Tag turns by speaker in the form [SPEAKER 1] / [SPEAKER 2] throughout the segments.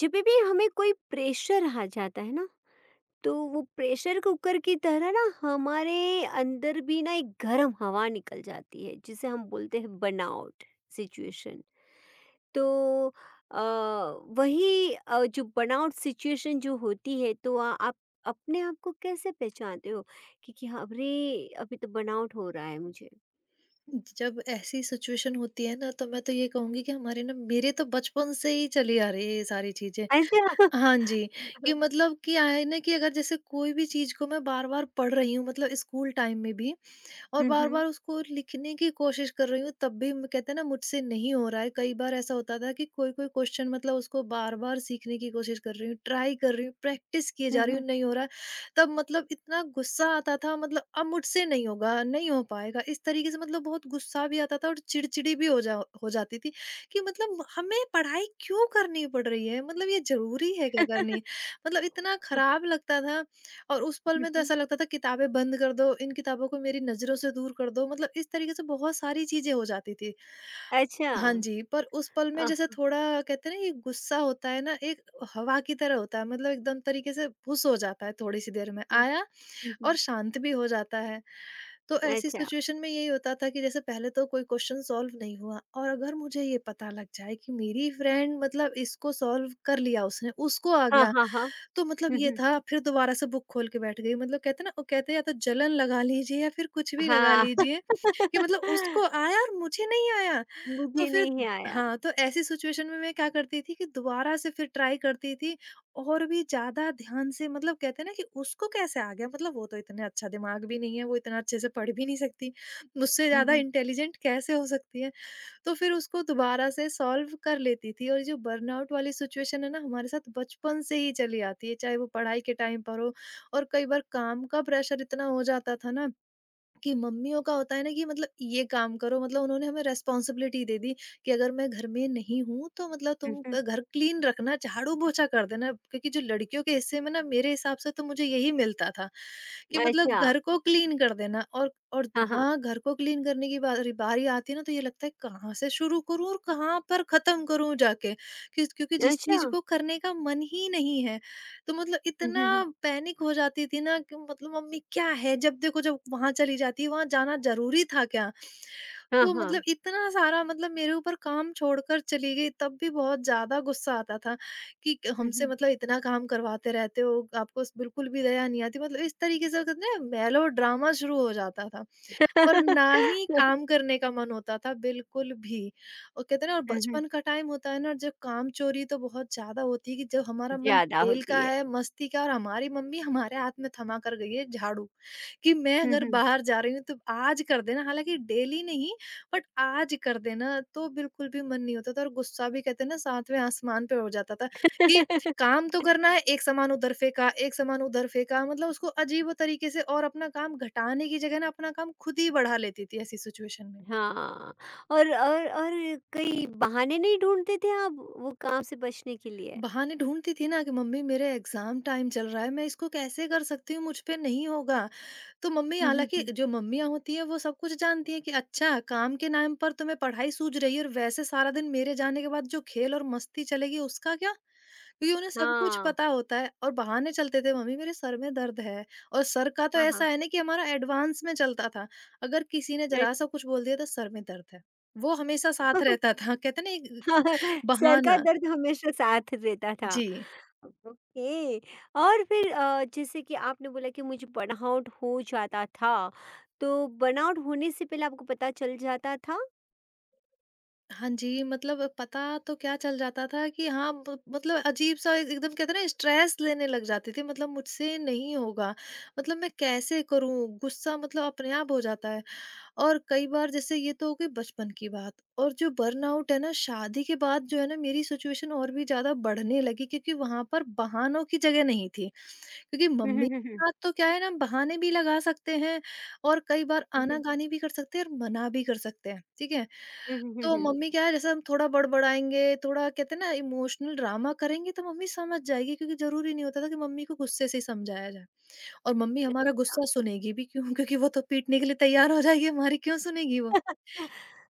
[SPEAKER 1] जब भी हमें कोई प्रेशर आ जाता है ना, तो वो प्रेशर कुकर की तरह ना हमारे अंदर भी ना एक गर्म हवा निकल जाती है जिसे हम बोलते हैं बर्नआउट सिचुएशन। तो अ, वही जो बर्नआउट सिचुएशन जो होती है तो आप अपने आप को कैसे पहचानते हो कि हाँ, अरे अभी तो बर्नआउट हो रहा है मुझे।
[SPEAKER 2] जब ऐसी सिचुएशन होती है ना, तो मैं तो ये कहूँगी कि हमारे ना मेरे तो बचपन से ही चली आ रही है ये सारी चीज़ें।
[SPEAKER 1] अच्छा।
[SPEAKER 2] हाँ जी। कि मतलब क्या है ना कि अगर जैसे कोई भी चीज़ को मैं बार-बार पढ़ रही हूँ, मतलब स्कूल टाइम में भी, और
[SPEAKER 1] हम्म। हम्म।
[SPEAKER 2] बार-बार उसको लिखने की कोशिश कर रही हूँ, तब भी म कहते हैं ना मुझसे नहीं हो रहा है। कई बार ऐसा होता था कि कोई-कोई क्वेश्चन मतलब उसको बार-बार सीखने की कोशिश कर रही हूँ, ट्राई कर रही हूँ, प्रैक्टिस किए जा रही
[SPEAKER 1] हम्म।
[SPEAKER 2] हूँ, नहीं हो रहा है। तब मतलब इतना गुस्सा आता था, मतलब अब मुझसे नहीं होगा, नहीं हो पाएगा। इस तरीके से मतलब बहुत गुस्सा भी आता था और चिड़चिड़ी भी हो जाती थी, कि मतलब हमें पढ़ाई क्यों करनी पड़ रही है? मतलब ये ज़रूरी है क्या करनी? मतलब इतना खराब लगता था। और उस पल
[SPEAKER 1] हम्म,
[SPEAKER 2] में तो
[SPEAKER 1] हम्म,
[SPEAKER 2] ऐसा लगता था, किताबें बंद कर दो, इन किताबों को मेरी नज़रों से दूर कर दो, मतलब इस तरीके से बहुत सारी चीज़ें हो जाती थी।
[SPEAKER 1] अच्छा।
[SPEAKER 2] हाँ जी। पर उस पल में
[SPEAKER 1] आह,
[SPEAKER 2] जैसे थोड़ा, कहते हैं ना ये गुस्सा होता है ना, एक हवा की तरह होता है, मतलब एकदम तरीके से फुस हो जाता है थोड़ी सी देर में,
[SPEAKER 1] हम्म,
[SPEAKER 2] आया
[SPEAKER 1] हम्म, हम्म,
[SPEAKER 2] और
[SPEAKER 1] हम्म।
[SPEAKER 2] शांत भी हो जाता है। तो ऐसी
[SPEAKER 1] अच्छा।
[SPEAKER 2] सिचुएशन में यही होता था कि जैसे पहले तो कोई क्वेश्चन सॉल्व नहीं हुआ, और अगर मुझे ये पता लग जाए कि मेरी फ्रेंड मतलब इसको सॉल्व कर लिया उसने, उसको आ
[SPEAKER 1] हाँ,
[SPEAKER 2] गया,
[SPEAKER 1] हाँ, हाँ।
[SPEAKER 2] तो मतलब
[SPEAKER 1] हम्म,
[SPEAKER 2] ये
[SPEAKER 1] हम्म।
[SPEAKER 2] था, फिर दोबारा से बुक खोल के बैठ गई, मतलब कहते हैं ना, वो कहते हैं या तो जलन लगा लीजिए या फिर कुछ भी लगा
[SPEAKER 1] हाँ।
[SPEAKER 2] लीजिए, कि मतलब उसको आया और मुझे नहीं आया। तो
[SPEAKER 1] मुझे
[SPEAKER 2] फिर,
[SPEAKER 1] नहीं आया।
[SPEAKER 2] हाँ, तो ऐसी सिचुएशन में मैं क्या करती थी कि दोबारा से फिर ट्राई करती थी, और भी ज्यादा ध्यान से, मतलब कहते हैं ना कि उसको कैसे आ गया, मतलब वो तो इतना अच्छा दिमाग भी नहीं है, वो इतना अच्छे से पढ़ भी नहीं सकती, मुझसे
[SPEAKER 1] हुँ,
[SPEAKER 2] ज्यादा
[SPEAKER 1] हुँ,
[SPEAKER 2] इंटेलिजेंट कैसे हो सकती है? तो फिर उसको दोबारा से सॉल्व कर लेती थी। और जो बर्नआउट वाली सिचुएशन है ना, हमारे साथ बचपन से ही चली आती है, चाहे वो पढ़ाई के टाइम पर हो, और कई बार काम का प्रेशर इतना हो जाता था ना, कि मम्मियों का होता है ना कि मतलब, ये काम करो, मतलब उन्होंने हमें रिस्पॉन्सिबिलिटी दे दी कि अगर मैं घर में नहीं हूँ, तो मतलब
[SPEAKER 1] हुँ, हुँ।
[SPEAKER 2] तुम घर क्लीन रखना, झाड़ू पोछा कर देना, क्योंकि जो लड़कियों के हिस्से में ना, मेरे हिसाब से तो मुझे यही मिलता था कि मतलब
[SPEAKER 1] अच्छा,
[SPEAKER 2] घर को क्लीन कर देना, और
[SPEAKER 1] हाँ, हाँ।
[SPEAKER 2] हाँ, घर को क्लीन करने की बारी बारी आती है ना, तो ये लगता है कहाँ से शुरू करूँ और कहाँ पर खत्म करूँ जाके कि, क्योंकि जिस
[SPEAKER 1] अच्छा।
[SPEAKER 2] चीज को करने का मन ही नहीं है, तो मतलब
[SPEAKER 1] हुँ,
[SPEAKER 2] इतना
[SPEAKER 1] हुँ, हुँ।
[SPEAKER 2] पैनिक हो जाती थी ना, कि मतलब मम्मी क्या है, जब देखो जब वहां चली जाती, वहां जाना जरूरी था क्या?
[SPEAKER 1] हाँ,
[SPEAKER 2] तो
[SPEAKER 1] हाँ।
[SPEAKER 2] मतलब इतना सारा, मतलब मेरे ऊपर काम छोड़कर चली गई, तब भी बहुत ज्यादा गुस्सा आता था कि
[SPEAKER 1] हुँ,
[SPEAKER 2] हमसे
[SPEAKER 1] हुँ।
[SPEAKER 2] मतलब इतना काम करवाते रहते हो, आपको बिल्कुल भी दया नहीं आती, मतलब इस तरीके से, कहते हैं मेलो ड्रामा शुरू हो जाता था। और ना ही काम करने का मन होता था बिल्कुल भी। और कहते हैं ना, और
[SPEAKER 1] हुँ, हुँ।
[SPEAKER 2] बचपन का टाइम होता है ना, जब कामचोरी तो बहुत ज़्यादा होती है, कि जब हमारा मन
[SPEAKER 1] ज़्यादा
[SPEAKER 2] खेल
[SPEAKER 1] होती
[SPEAKER 2] का
[SPEAKER 1] है।
[SPEAKER 2] है, मस्ती का है, और हमारी मम्मी हमारे हाथ में थमा कर गई है झाड़ू। कि मैं
[SPEAKER 1] हुँ,
[SPEAKER 2] अगर
[SPEAKER 1] हुँ।
[SPEAKER 2] बाहर जा रही हूँ तो आज कर देना, हालाँकि डेली नहीं, बट आज कर देना, तो बिल्कुल भी मन नहीं होता था, और गुस्सा भी कहते हैं ना सातवें आसमान पे हो जाता था। कि काम तो करना है, एक सामान उधर फेंका, एक सामान उधर फेंका, मतलब उसको अजीब तरीके से, और अपना काम घटाने की जगह ना, अपना काम खुद ही बढ़ा लेती थी ऐसी सिचुएशन में।
[SPEAKER 1] हाँ। और कई बहाने नहीं ढूँढते थे आप, वो काम से बचने के लिए?
[SPEAKER 2] बहाने ढूँढती थी ना, कि मम्मी मेरे एग्ज़ाम टाइम चल रहा है, मैं इसको कैसे कर सकती हूँ? मुझ पे नहीं होगा। तो मम्मी,
[SPEAKER 1] हुँ, हुँ,
[SPEAKER 2] हालाँकि
[SPEAKER 1] हुँ।
[SPEAKER 2] जो मम्मियाँ होती हैं, वो सब कुछ जानती हैं कि अच्छा, काम के नाम पर तुम्हें पढ़ाई सूझ रही है, और वैसे सारा दिन मेरे जाने के बाद जो खेल और मस्ती चलेगी उसका क्या? क्योंकि उन्हें सब कुछ
[SPEAKER 1] हाँ,
[SPEAKER 2] पता होता है, और बहाने चलते थे, "मम्मी मेरे सर में दर्द है"। और सर का तो
[SPEAKER 1] हाँ,
[SPEAKER 2] ऐसा
[SPEAKER 1] हाँ।
[SPEAKER 2] है ना कि हमारा एडवांस में चलता था। अगर किसी ने
[SPEAKER 1] अच्छा।
[SPEAKER 2] ज़रा-सा कुछ बोल दिया तो सर में दर्द है। वो हमेशा साथ रहता था, कहते हैं ना एक
[SPEAKER 1] सर का
[SPEAKER 2] बहाना।
[SPEAKER 1] दर्द हमेशा साथ रहता था।
[SPEAKER 2] जी।
[SPEAKER 1] ओके। और फिर जैसे कि आपने बोला कि मुझे बर्नआउट हो जाता था, तो बर्नआउट होने से पहले आपको पता चल जाता था?
[SPEAKER 2] हाँ जी, मतलब पता तो क्या चल जाता था कि हाँ, ब मतलब अजीब-सा एकदम, कहते हैं ना स्ट्रेस लेने लग जाती थी, मतलब मुझसे नहीं होगा, मतलब मैं कैसे करूँ? गुस्सा मतलब अपने आप हो जाता है। और कई बार जैसे ये तो हो गई बचपन की बात, और जो बर्नआउट है ना, शादी के बाद जो है ना, मेरी सिचुएशन और भी ज्यादा बढ़ने लगी, क्योंकि वहां पर बहानों की जगह नहीं थी, क्योंकि मम्मी के साथ तो क्या है ना, हम बहाने भी लगा सकते हैं, और कई बार
[SPEAKER 1] हुँ, हुँ, हुँ, हुँ।
[SPEAKER 2] आनाकानी भी कर सकते हैं, और मना भी कर सकते हैं, ठीक है?
[SPEAKER 1] हुँ, हुँ, हुँ, हुँ,
[SPEAKER 2] तो
[SPEAKER 1] हुँ।
[SPEAKER 2] मम्मी क्या है, जैसे हम थोड़ा बड़बड़ाएंगे, थोड़ा कहते हैं ना इमोशनल ड्रामा करेंगे, तो मम्मी समझ जाएगी, क्योंकि जरूरी नहीं होता था कि मम्मी को गुस्से से ही समझाया जाए। और मम्मी हमारा गुस्सा सुनेगी भी क्यों? क्योंकि वो तो पीटने के लिए तैयार हो जाएगी हमारी, क्यों सुनेगी वो?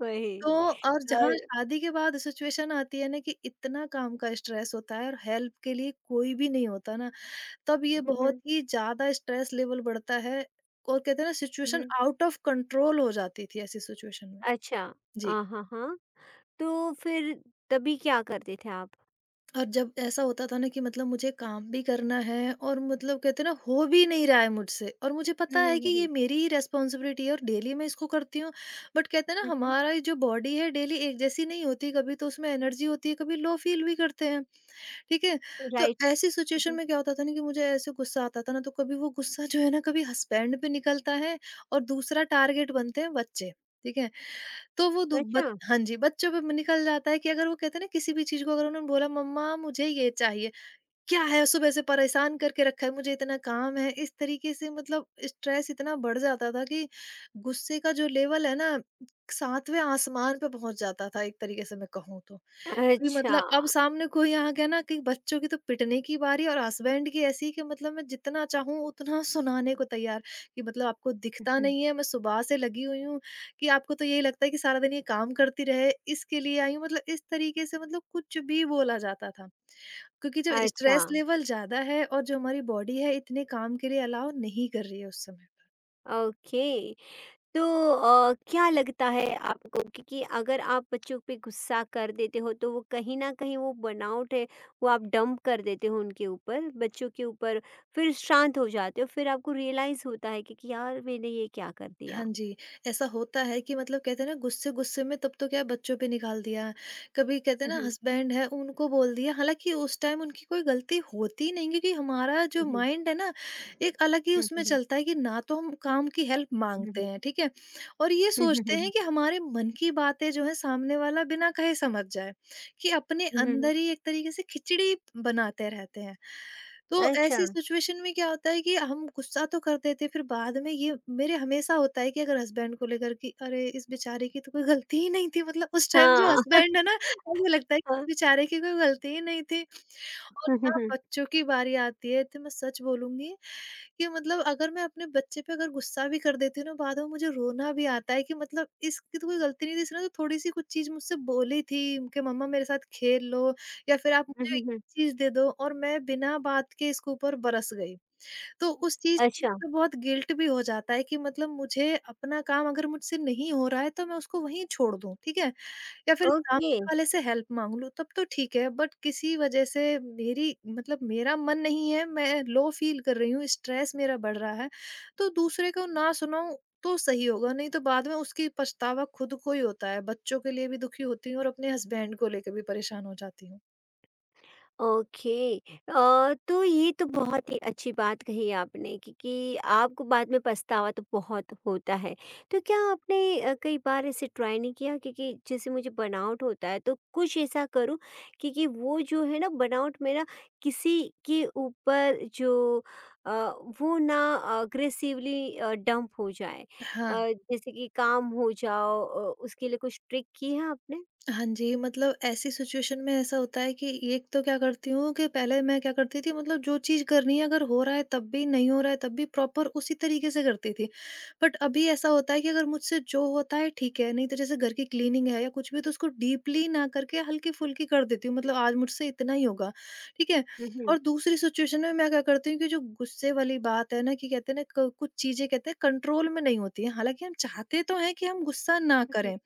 [SPEAKER 1] वही।
[SPEAKER 2] तो, और जहाँ
[SPEAKER 1] और
[SPEAKER 2] शादी के बाद सिचुएशन आती है ना, कि इतना काम का स्ट्रेस होता है, और हेल्प के लिए कोई भी नहीं होता ना, तब ये
[SPEAKER 1] हुँ,
[SPEAKER 2] बहुत
[SPEAKER 1] हुँ,
[SPEAKER 2] ही ज़्यादा स्ट्रेस लेवल बढ़ता है, और कहते हैं ना सिचुएशन
[SPEAKER 1] हुँ।
[SPEAKER 2] आउट ऑफ कंट्रोल हो जाती थी ऐसी सिचुएशन में।
[SPEAKER 1] अच्छा।
[SPEAKER 2] जी।
[SPEAKER 1] हाँ, हाँ। तो फिर तभी क्या करते थे आप?
[SPEAKER 2] और जब ऐसा होता था ना कि मतलब मुझे काम भी करना है, और मतलब कहते हैं ना हो भी नहीं रहा है मुझसे, और मुझे
[SPEAKER 1] हुँ,
[SPEAKER 2] पता
[SPEAKER 1] हुँ,
[SPEAKER 2] है कि
[SPEAKER 1] हुँ,
[SPEAKER 2] ये
[SPEAKER 1] हुँ।
[SPEAKER 2] मेरी ही रेस्पॉन्सिबिलिटी है, और डेली मैं इसको करती हूँ, बट कहते हैं ना
[SPEAKER 1] हुँ, हुँ।
[SPEAKER 2] हमारा जो बॉडी है डेली एक जैसी नहीं होती, कभी तो उसमें एनर्जी होती है, कभी लो फील भी करते हैं, ठीक है? तो
[SPEAKER 1] राइट।
[SPEAKER 2] ऐसी
[SPEAKER 1] हुँ,
[SPEAKER 2] सिचुएशन
[SPEAKER 1] हुँ।
[SPEAKER 2] में क्या होता था ना, कि मुझे ऐसे गुस्सा आता था ना, तो कभी वो गुस्सा जो है ना, कभी हस्बैंड पे निकलता है, और दूसरा टारगेट बनते हैं बच्चे, ठीक है? तो वो दु
[SPEAKER 1] अच्छा,
[SPEAKER 2] बत हाँ जी, बच्चों पे निकल जाता है, कि अगर वो कहते हैं ना, किसी भी चीज़ को अगर उन्होंने बोला मम्मा मुझे ये चाहिए, क्या है सुबह से परेशान करके रखा है, मुझे इतना काम है, इस तरीके से मतलब स्ट्रेस इतना बढ़ जाता था कि गुस्से का जो लेवल है ना, सातवें आसमान पे पहुँच जाता था एक तरीके से मैं कहूँ तो। कि
[SPEAKER 1] अच्छा।
[SPEAKER 2] मतलब अब सामने कोई आ गया ना, कि बच्चों की तो पिटने की बारी, और हस्बैंड की ऐसी कि मतलब मैं जितना चाहूँ उतना सुनाने को तैयार, कि मतलब आपको
[SPEAKER 1] हुँ,
[SPEAKER 2] दिखता
[SPEAKER 1] हुँ।
[SPEAKER 2] नहीं है, मैं सुबह से लगी हुई हूँ, कि आपको तो यही लगता है कि सारा दिन ये काम करती रहे इसके लिए आई हूँ, मतलब इस तरीके से मतलब कुछ भी बोला जाता था, क्योंकि जो
[SPEAKER 1] अच्छा,
[SPEAKER 2] स्ट्रेस लेवल ज्यादा है, और जो हमारी बॉडी है इतने काम के लिए अलाउ नहीं कर रही है उस समय।
[SPEAKER 1] ओके। तो क्या लगता है आपको कि अगर आप बच्चों पे गुस्सा कर देते हो तो वो कहीं ना कहीं वो बनावट है, वो आप डंप कर देते हो उनके ऊपर, बच्चों के ऊपर, फिर शांत हो जाते हो, फिर आपको रियलाइज होता है कि यार मैंने ये क्या कर दिया।
[SPEAKER 2] हाँ जी, ऐसा होता है कि मतलब कहते हैं ना गुस्से-गुस्से में तब तो क्या बच्चों पे निकाल दिया, कभी कहते हैं ना
[SPEAKER 1] हम्म,
[SPEAKER 2] हस्बैंड है उनको बोल दिया, हालाँकि उस टाइम उनकी कोई गलती होती नहीं, क्योंकि हमारा जो
[SPEAKER 1] हम्म,
[SPEAKER 2] माइंड है ना, एक अलग ही
[SPEAKER 1] हम्म,
[SPEAKER 2] उसमें
[SPEAKER 1] हम्म,
[SPEAKER 2] चलता है कि ना तो हम काम की हेल्प
[SPEAKER 1] हम्म,
[SPEAKER 2] माँगते हैं, ठीक है? और ये
[SPEAKER 1] हम्म,
[SPEAKER 2] सोचते
[SPEAKER 1] हम्म,
[SPEAKER 2] हैं कि हमारे मन की बातें जो हैं सामने वाला बिना कहे समझ जाए, कि अपने
[SPEAKER 1] हम्म, हम्म,
[SPEAKER 2] अंदर ही एक तरीके से खिचड़ी बनाते रहते हैं। तो
[SPEAKER 1] अच्छा।
[SPEAKER 2] ऐसी सिचुएशन में क्या होता है कि हम गुस्सा तो कर देते हैं, फिर बाद में ये मेरे हमेशा होता है कि अगर हस्बैंड को लेकर कि अरे इस बेचारे की तो कोई गलती ही नहीं थी, मतलब उस टाइम जो
[SPEAKER 1] हाँ,
[SPEAKER 2] हस्बैंड है ना मुझे लगता है कि इस
[SPEAKER 1] हाँ,
[SPEAKER 2] बेचारे की कोई गलती ही नहीं थी। और
[SPEAKER 1] हम्म, हम्म,
[SPEAKER 2] जहाँ
[SPEAKER 1] हम्म,
[SPEAKER 2] बच्चों की बारी आती है तो मैं सच बोलूंगी कि मतलब अगर मैं अपने बच्चे पे अगर गुस्सा भी कर देती हूँ ना बाद में मुझे रोना भी आता है कि मतलब इसकी तो कोई गलती नहीं थी, इसने तो थोड़ी सी कुछ चीज मुझसे बोली थी कि मम्मा मेरे साथ खेल लो या फिर आप
[SPEAKER 1] हम्म,
[SPEAKER 2] मुझे
[SPEAKER 1] हम्म।
[SPEAKER 2] चीज दे दो, और मैं बिना बात के इसके ऊपर बरस गई। तो उस चीज से
[SPEAKER 1] अच्छा।
[SPEAKER 2] मतलब बहुत गिल्ट भी हो जाता है कि मतलब मुझे अपना काम अगर मुझसे नहीं हो रहा है तो मैं उसको वहीं छोड़ दूं, ठीक है। या फिर
[SPEAKER 1] ओके।
[SPEAKER 2] सामने वाले से हेल्प माँग लूँ तब तो ठीक है, बट किसी वजह से मेरी मतलब मेरा मन नहीं है, मैं लो फ़ील कर रही हूँ, स्ट्रेस मेरा बढ़ रहा है, तो दूसरे को ना सुनाऊँ तो सही होगा, नहीं तो बाद में उसकी पछतावा खुद को ही होता है। बच्चों के लिए भी दुखी होती हूँ और अपने हस्बैंड को लेके भी परेशान हो जाती हूँ।
[SPEAKER 1] ओके। तो ये तो बहुत ही अच्छी बात कही आपने, क्योंकि आपको बाद में पछतावा तो बहुत होता है। तो क्या आपने कई बार ऐसे ट्राई नहीं किया, क्योंकि जैसे मुझे बर्नआउट होता है तो कुछ ऐसा करूं, क्योंकि वो जो है ना बर्नआउट मेरा किसी के ऊपर जो अ, वो ना अग्रेसिवली डंप हो जाए?
[SPEAKER 2] हाँ।
[SPEAKER 1] जैसे कि काम हो जाओ, उसके लिए कुछ ट्रिक की है आपने?
[SPEAKER 2] हाँ जी, मतलब ऐसी सिचुएशन में ऐसा होता है कि एक तो क्या करती हूँ कि पहले मैं क्या करती थी मतलब जो चीज़ करनी है अगर हो रहा है तब भी, नहीं हो रहा है तब भी प्रॉपर उसी तरीके से करती थी। बट अभी ऐसा होता है कि अगर मुझसे जो होता है ठीक है, नहीं तो जैसे घर की क्लीनिंग है या कुछ भी तो उसको डीपली ना करके हल्की-फुल्की कर देती हूँ, मतलब आज मुझसे इतना ही होगा, ठीक है?
[SPEAKER 1] हम्म, हम्म,
[SPEAKER 2] और दूसरी सिचुएशन में मैं क्या करती हूँ कि जो गुस्से वाली बात है ना कि कहते हैं ना क कुछ चीज़ें कहते हैं कंट्रोल में नहीं होती हैं, हालाँकि हम चाहते तो हैं कि हम गुस्सा ना
[SPEAKER 1] हम्म,
[SPEAKER 2] करें।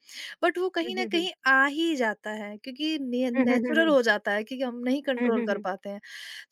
[SPEAKER 2] बट वो कहीं
[SPEAKER 1] हम्म,
[SPEAKER 2] न
[SPEAKER 1] हम्म,
[SPEAKER 2] कहीं आ ही जाता है क्योंकि ने
[SPEAKER 1] हम्म, हम्म, हम्म, हम्म,
[SPEAKER 2] नेचुरल
[SPEAKER 1] हम्म,
[SPEAKER 2] हो जाता है क्योंकि हम नहीं
[SPEAKER 1] हम्म,
[SPEAKER 2] कंट्रोल
[SPEAKER 1] हम्म,
[SPEAKER 2] कर
[SPEAKER 1] हम्म।
[SPEAKER 2] पाते हैं।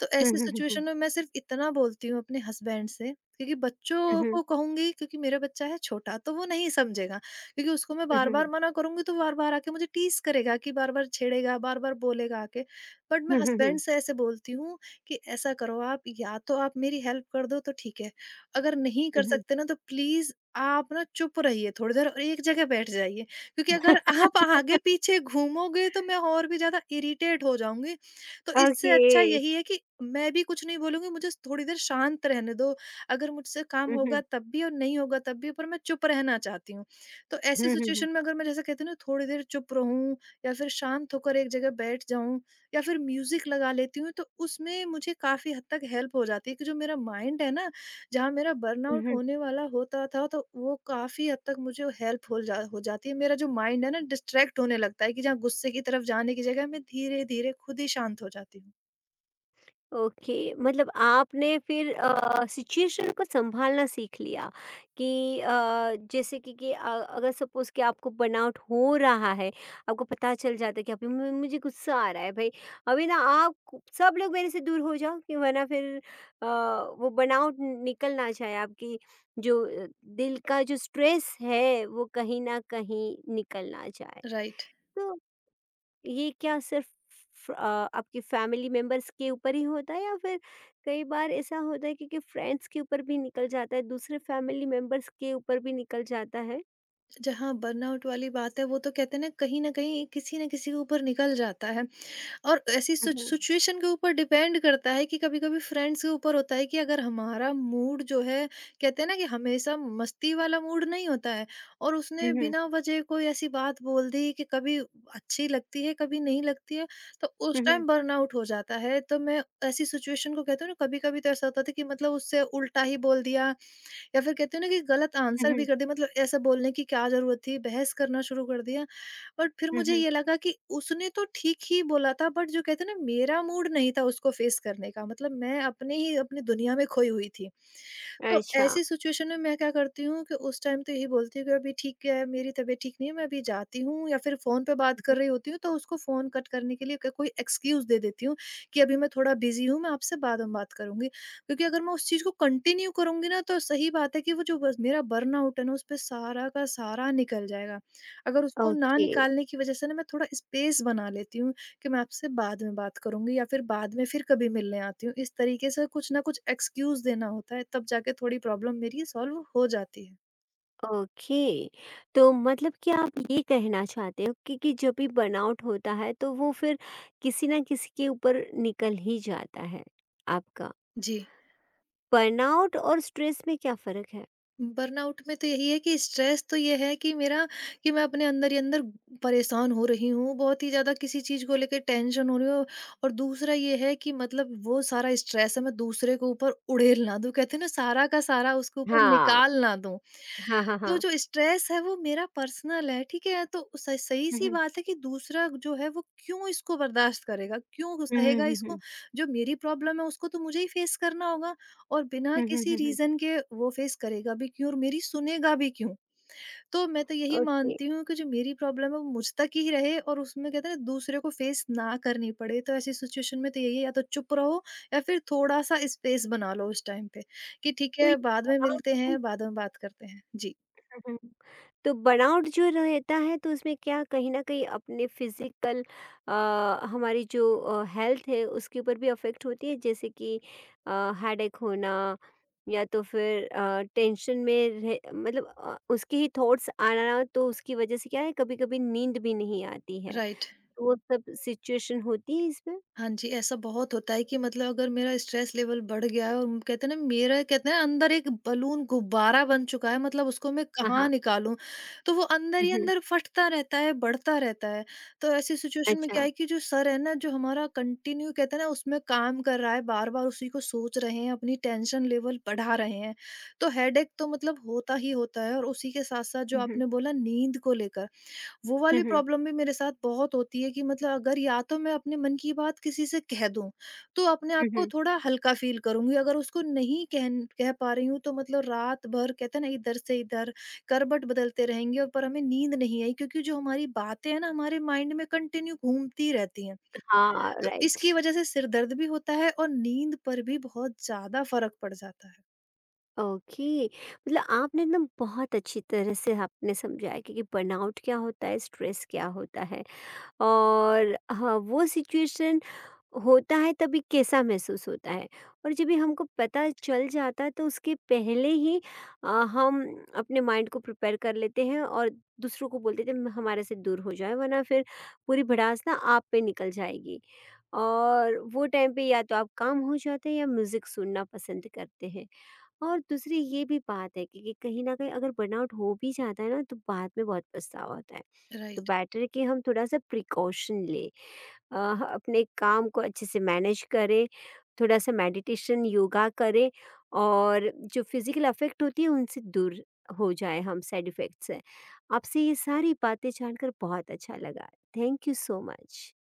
[SPEAKER 2] तो ऐसी
[SPEAKER 1] हम्म, हम्म,
[SPEAKER 2] सिचुएशन में मैं सिर्फ इतना बोलती हूँ अपने हस्बैंड से, क्योंकि बच्चों को कहूँगी क्योंकि मेरा बच्चा है छोटा तो वो नहीं समझेगा, क्योंकि उसको मैं
[SPEAKER 1] हम्म, हम्म, हम्म,
[SPEAKER 2] बार-बार मना करूँगी तो बार-बार आके मुझे टीज़ करेगा, कि बार-बार छेड़ेगा, बार-बार बोलेगा आके। बट मैं
[SPEAKER 1] हम्म, हम्म,
[SPEAKER 2] हस्बैंड
[SPEAKER 1] हम्म,
[SPEAKER 2] से ऐसे बोलती हूँ कि ऐसा करो आप, या तो आप मेरी हेल्प कर दो तो ठीक है, अगर नहीं कर
[SPEAKER 1] हम्म, हम्म,
[SPEAKER 2] सकते ना तो प्लीज़ आप ना चुप रहिए थोड़ी देर और एक जगह बैठ जाइए। क्योंकि अगर आप आगे पीछे घूमोगे तो मैं और भी ज़्यादा इरिटेट हो जाऊँगी। तो
[SPEAKER 1] हम्म,
[SPEAKER 2] इससे अच्छा
[SPEAKER 1] हम्म,
[SPEAKER 2] यही है कि मैं भी कुछ नहीं बोलूँगी, मुझे थोड़ी देर शांत रहने दो। अगर मुझसे काम होगा तब भी और नहीं होगा तब भी, पर मैं चुप रहना चाहती हूँ। तो
[SPEAKER 1] हम्म,
[SPEAKER 2] ऐसी
[SPEAKER 1] हम्म, हम्म, हम्म, हम्म, हम्म, हम्म, हम्म, हम्म, हम्म, हम्म, हम्म,
[SPEAKER 2] सिचुएशन में अगर मैं जैसे कहती हूँ ना थोड़ी देर चुप रहूँ या फिर शांत होकर एक जगह बैठ जाऊँ या फिर म्यूज़िक लगा लेती हूँ, तो उसमें मुझे काफ़ी हद तक हेल्प हो जाती है कि जो मेरा माइंड है ना, जहाँ मेरा बर्नआउट
[SPEAKER 1] हम्म।
[SPEAKER 2] होने वाला होता था तो वो काफ़ी हद तक मुझे हेल्प हो जाती है। मेरा जो माइंड है ना डिस्ट्रैक्ट होने लगता है कि जहाँ गुस्से की तरफ जाने की जगह मैं धीरे-धीरे खुद ही शांत हो जाती हूँ।
[SPEAKER 1] ओके, मतलब आपने फिर सिचुएशन को संभालना सीख लिया कि अ, जैसे कि, अगर सपोज कि आपको बनाउट हो रहा है, आपको पता चल जाता है कि अभी मुझे गुस्सा आ रहा है भाई। अभी ना आप सब लोग मेरे से दूर हो जाओ, कि वरना फिर अ, वो बनाउट निकल ना जाए आपकी, जो दिल का जो स्ट्रेस है वो कहीं ना कहीं निकल ना जाए।
[SPEAKER 2] राइट।
[SPEAKER 1] तो ये क्या सिर्फ आपके फैमिली मेंबर्स के ऊपर ही होता है, या फिर कई बार ऐसा होता है कि फ्रेंड्स के ऊपर भी निकल जाता है, दूसरे फैमिली मेंबर्स के ऊपर भी निकल जाता है?
[SPEAKER 2] जहाँ बर्नआउट वाली बात है वो तो कहते हैं ना कहीं न कहीं किसी न किसी के ऊपर निकल जाता है। और ऐसी सिच
[SPEAKER 1] हम्म,
[SPEAKER 2] सिचुएशन के ऊपर डिपेंड करता है कि कभी-कभी फ्रेंड्स के ऊपर होता है कि अगर हमारा मूड जो है, कहते हैं ना कि हमेशा मस्ती वाला मूड नहीं होता है, और उसने
[SPEAKER 1] हम्म,
[SPEAKER 2] बिना वजह कोई ऐसी बात बोल दी कि कभी अच्छी लगती है, कभी नहीं लगती है, तो उस
[SPEAKER 1] हम्म,
[SPEAKER 2] टाइम बर्नआउट हो जाता है। तो मैं ऐसी सिचुएशन को कहती हूँ ना, कभी-कभी तो ऐसा होता था कि मतलब उससे उल्टा ही बोल दिया या फिर कहते हैं ना कि गलत आंसर भी
[SPEAKER 1] हम्म,
[SPEAKER 2] कर दिया, मतलब ऐसा बोलने की क्या ज़रूरत थी, बहस करना शुरू कर दिया। और फिर मुझे
[SPEAKER 1] हम्म।
[SPEAKER 2] ये लगा कि उसने तो ठीक ही बोला था, बट जो कहते हैं ना मेरा मूड नहीं था उसको फेस करने का, मतलब मैं अपने ही अपनी दुनिया में खोई हुई थी। तो
[SPEAKER 1] अच्छा।
[SPEAKER 2] ऐसी सिचुएशन में मैं क्या करती हूँ कि उस टाइम तो यही बोलती हूँ कि अभी ठीक है, मेरी तबीयत ठीक नहीं है, मैं अभी जाती हूँ, या फिर फोन पे बात
[SPEAKER 1] हम्म।
[SPEAKER 2] कर रही होती हूँ तो उसको फोन कट करने के लिए कोई एक्सक्यूज दे देती हूँ कि अभी मैं थोड़ा बिजी हूँ, मैं आपसे बाद में बात करूंगी, क्योंकि अगर मैं उस चीज को कंटिन्यू करूंगी ना तो सही बात है कि वो जो बस मेरा बर्न आउट है ना उस पर सारा का सारा निकल जाएगा। अगर उसको ना
[SPEAKER 1] ओके।
[SPEAKER 2] निकालने की वजह से ना मैं थोड़ा स्पेस बना लेती हूँ कि मैं आपसे बाद में बात करूँगी या फिर बाद में फिर कभी मिलने आती हूँ। इस तरीके से कुछ ना कुछ एक्सक्यूज़ देना होता है तब जाके थोड़ी प्रॉब्लम मेरी सॉल्व हो जाती है।
[SPEAKER 1] ओके। तो मतलब कि आप ये कहना चाहते हो कि जब भी बर्नआउट होता है तो वो फिर किसी ना किसी के ऊपर निकल ही जाता है आपका।
[SPEAKER 2] जी।
[SPEAKER 1] बर्नआउट और स्ट्रेस में क्या फर्क है?
[SPEAKER 2] बर्नआउट में तो यही है कि स्ट्रेस तो ये है कि मेरा, कि मैं अपने अंदर ही अंदर परेशान हो रही हूँ, बहुत ही ज़्यादा किसी चीज़ को लेके टेंशन हो रही हो, और दूसरा ये है कि मतलब वो सारा स्ट्रेस है मैं दूसरे के ऊपर उड़ेल ना दूँ, कहते हैं ना सारा का सारा उसके ऊपर
[SPEAKER 1] हाँ,
[SPEAKER 2] निकाल ना दूँ।
[SPEAKER 1] हाँ, हाँ,
[SPEAKER 2] तो
[SPEAKER 1] हाँ।
[SPEAKER 2] जो स्ट्रेस है वो मेरा पर्सनल है, ठीक है? तो स सही
[SPEAKER 1] हुँ,
[SPEAKER 2] सी
[SPEAKER 1] हुँ।
[SPEAKER 2] बात है कि दूसरा जो है वो क्यों इसको बर्दाश्त करेगा? क्यों
[SPEAKER 1] हुँ, हुँ,
[SPEAKER 2] सहेगा
[SPEAKER 1] हुँ,
[SPEAKER 2] इसको?
[SPEAKER 1] हुँ।
[SPEAKER 2] जो मेरी प्रॉब्लम है उसको तो मुझे ही फेस करना होगा, और बिना
[SPEAKER 1] हुँ, हुँ,
[SPEAKER 2] किसी
[SPEAKER 1] हुँ, हुँ।
[SPEAKER 2] रीज़न के वो फेस करेगा भी क्यों और मेरी सुनेगा भी क्यों? तो मैं तो यही
[SPEAKER 1] ओके,
[SPEAKER 2] मानती हूँ कि जो मेरी प्रॉब्लम है वो मुझ तक ही रहे और उसमें कहते हैं ना दूसरे को फेस ना करनी पड़े। तो ऐसी सिचुएशन में तो यही है या तो चुप रहो या फिर थोड़ा-सा स्पेस बना लो उस टाइम पे, कि ठीक
[SPEAKER 1] तो ये
[SPEAKER 2] है बाद में
[SPEAKER 1] बर्नआउट
[SPEAKER 2] मिलते
[SPEAKER 1] से।
[SPEAKER 2] हैं, बाद में बात करते हैं। जी,
[SPEAKER 1] हुँ, हुँ। तो बर्नआउट जो रहता है तो उसमें क्या कहीं न कहीं अपने फ़िज़िकल, अ, हमारी जो हेल्थ है उसके ऊपर भी अफ़ेक्ट होती है, जैसे कि अ, हेडेक होना, या तो फिर टेंशन में रह मतलब उसके ही थॉट्स आना, तो उसकी वज़ह से क्या है कभी-कभी नींद भी नहीं आती है?
[SPEAKER 2] राइट।
[SPEAKER 1] तो वो सब सिचुएशन होती है इसमें?
[SPEAKER 2] हाँ जी, ऐसा बहुत होता है कि मतलब अगर मेरा स्ट्रेस लेवल बढ़ गया है और म कहते हैं ना मेरा, कहते हैं ना, अंदर एक बलून गुब्बारा बन चुका है, मतलब उसको मैं
[SPEAKER 1] हाँ,
[SPEAKER 2] कहाँ
[SPEAKER 1] हाँ।
[SPEAKER 2] निकालूँ? तो वो अंदर
[SPEAKER 1] हुँ,
[SPEAKER 2] ही
[SPEAKER 1] हुँ।
[SPEAKER 2] अंदर फटता रहता है, बढ़ता रहता है। तो ऐसी सिचुएशन में क्या
[SPEAKER 1] अच्छा।
[SPEAKER 2] है कि जो सर है ना, जो हमारा कंटिन्यू कहते हैं ना उसमें काम कर रहा है, बार-बार उसी को सोच रहे हैं, अपनी टेंशन लेवल बढ़ा रहे हैं। तो हेडेक तो मतलब होता ही होता है, और उसी के साथ-साथ जो
[SPEAKER 1] हुँ, हुँ।
[SPEAKER 2] आपने बोला नींद को लेकर, वो
[SPEAKER 1] हुँ,
[SPEAKER 2] वाली
[SPEAKER 1] हुँ।
[SPEAKER 2] प्रॉब्लम भी मेरे साथ बहुत होती है कि मतलब अगर या तो मैं अपने मन की बात किसी से कह दूं तो अपने आप
[SPEAKER 1] हुँ,
[SPEAKER 2] को
[SPEAKER 1] हुँ।
[SPEAKER 2] थोड़ा हल्का फील करूंगी, अगर उसको नहीं कह कह पा रही हूँ तो मतलब रात भर कहते हैं ना इधर से इधर करबट बदलते रहेंगे और पर हमें नींद नहीं आई, क्योंकि जो हमारी बातें हैं ना हमारे माइंड में कंटिन्यू घूमती रहती हैं।
[SPEAKER 1] हाँ,
[SPEAKER 2] तो
[SPEAKER 1] राइट।
[SPEAKER 2] इसकी वजह से सिर दर्द भी होता है और नींद पर भी बहुत ज्यादा फर्क पड़ जाता है।
[SPEAKER 1] ओके, मतलब आपने ना बहुत अच्छी तरह से आपने समझाया कि बर्नआउट क्या होता है, स्ट्रेस क्या होता है। और हाँ, वो सिचुएशन होता है तभी कैसा महसूस होता है। और जब भी हमको पता चल जाता है तो उसके पहले ही हम अपने माइंड को प्रिपेयर कर लेते हैं और दूसरों को बोल देते हैं हमारे से दूर हो जाए, वरना फिर पूरी भड़ास ना आप पे निकल जाएगी। और वो टाइम पे या तो आप काम हो जाते हैं या म्यूज़िक सुनना पसंद करते हैं। और दूसरी ये भी बात है कि कहीं न कहीं अगर बर्नआउट हो भी जाता है ना तो बाद में बहुत पछतावा होता है। तो
[SPEAKER 2] राइट।
[SPEAKER 1] बेटर है कि हम थोड़ा-सा प्रिकॉशन लें, अ, अपने काम को अच्छे से मैनेज करें, थोड़ा-सा मेडिटेशन, योगा करें, और जो फिज़िकल अफेक्ट होती है उनसे दूर हो जाएँ हम, साइड इफ़ेक्ट से। आपसे ये सारी बातें जानकर बहुत अच्छा लगा। Thank you so much.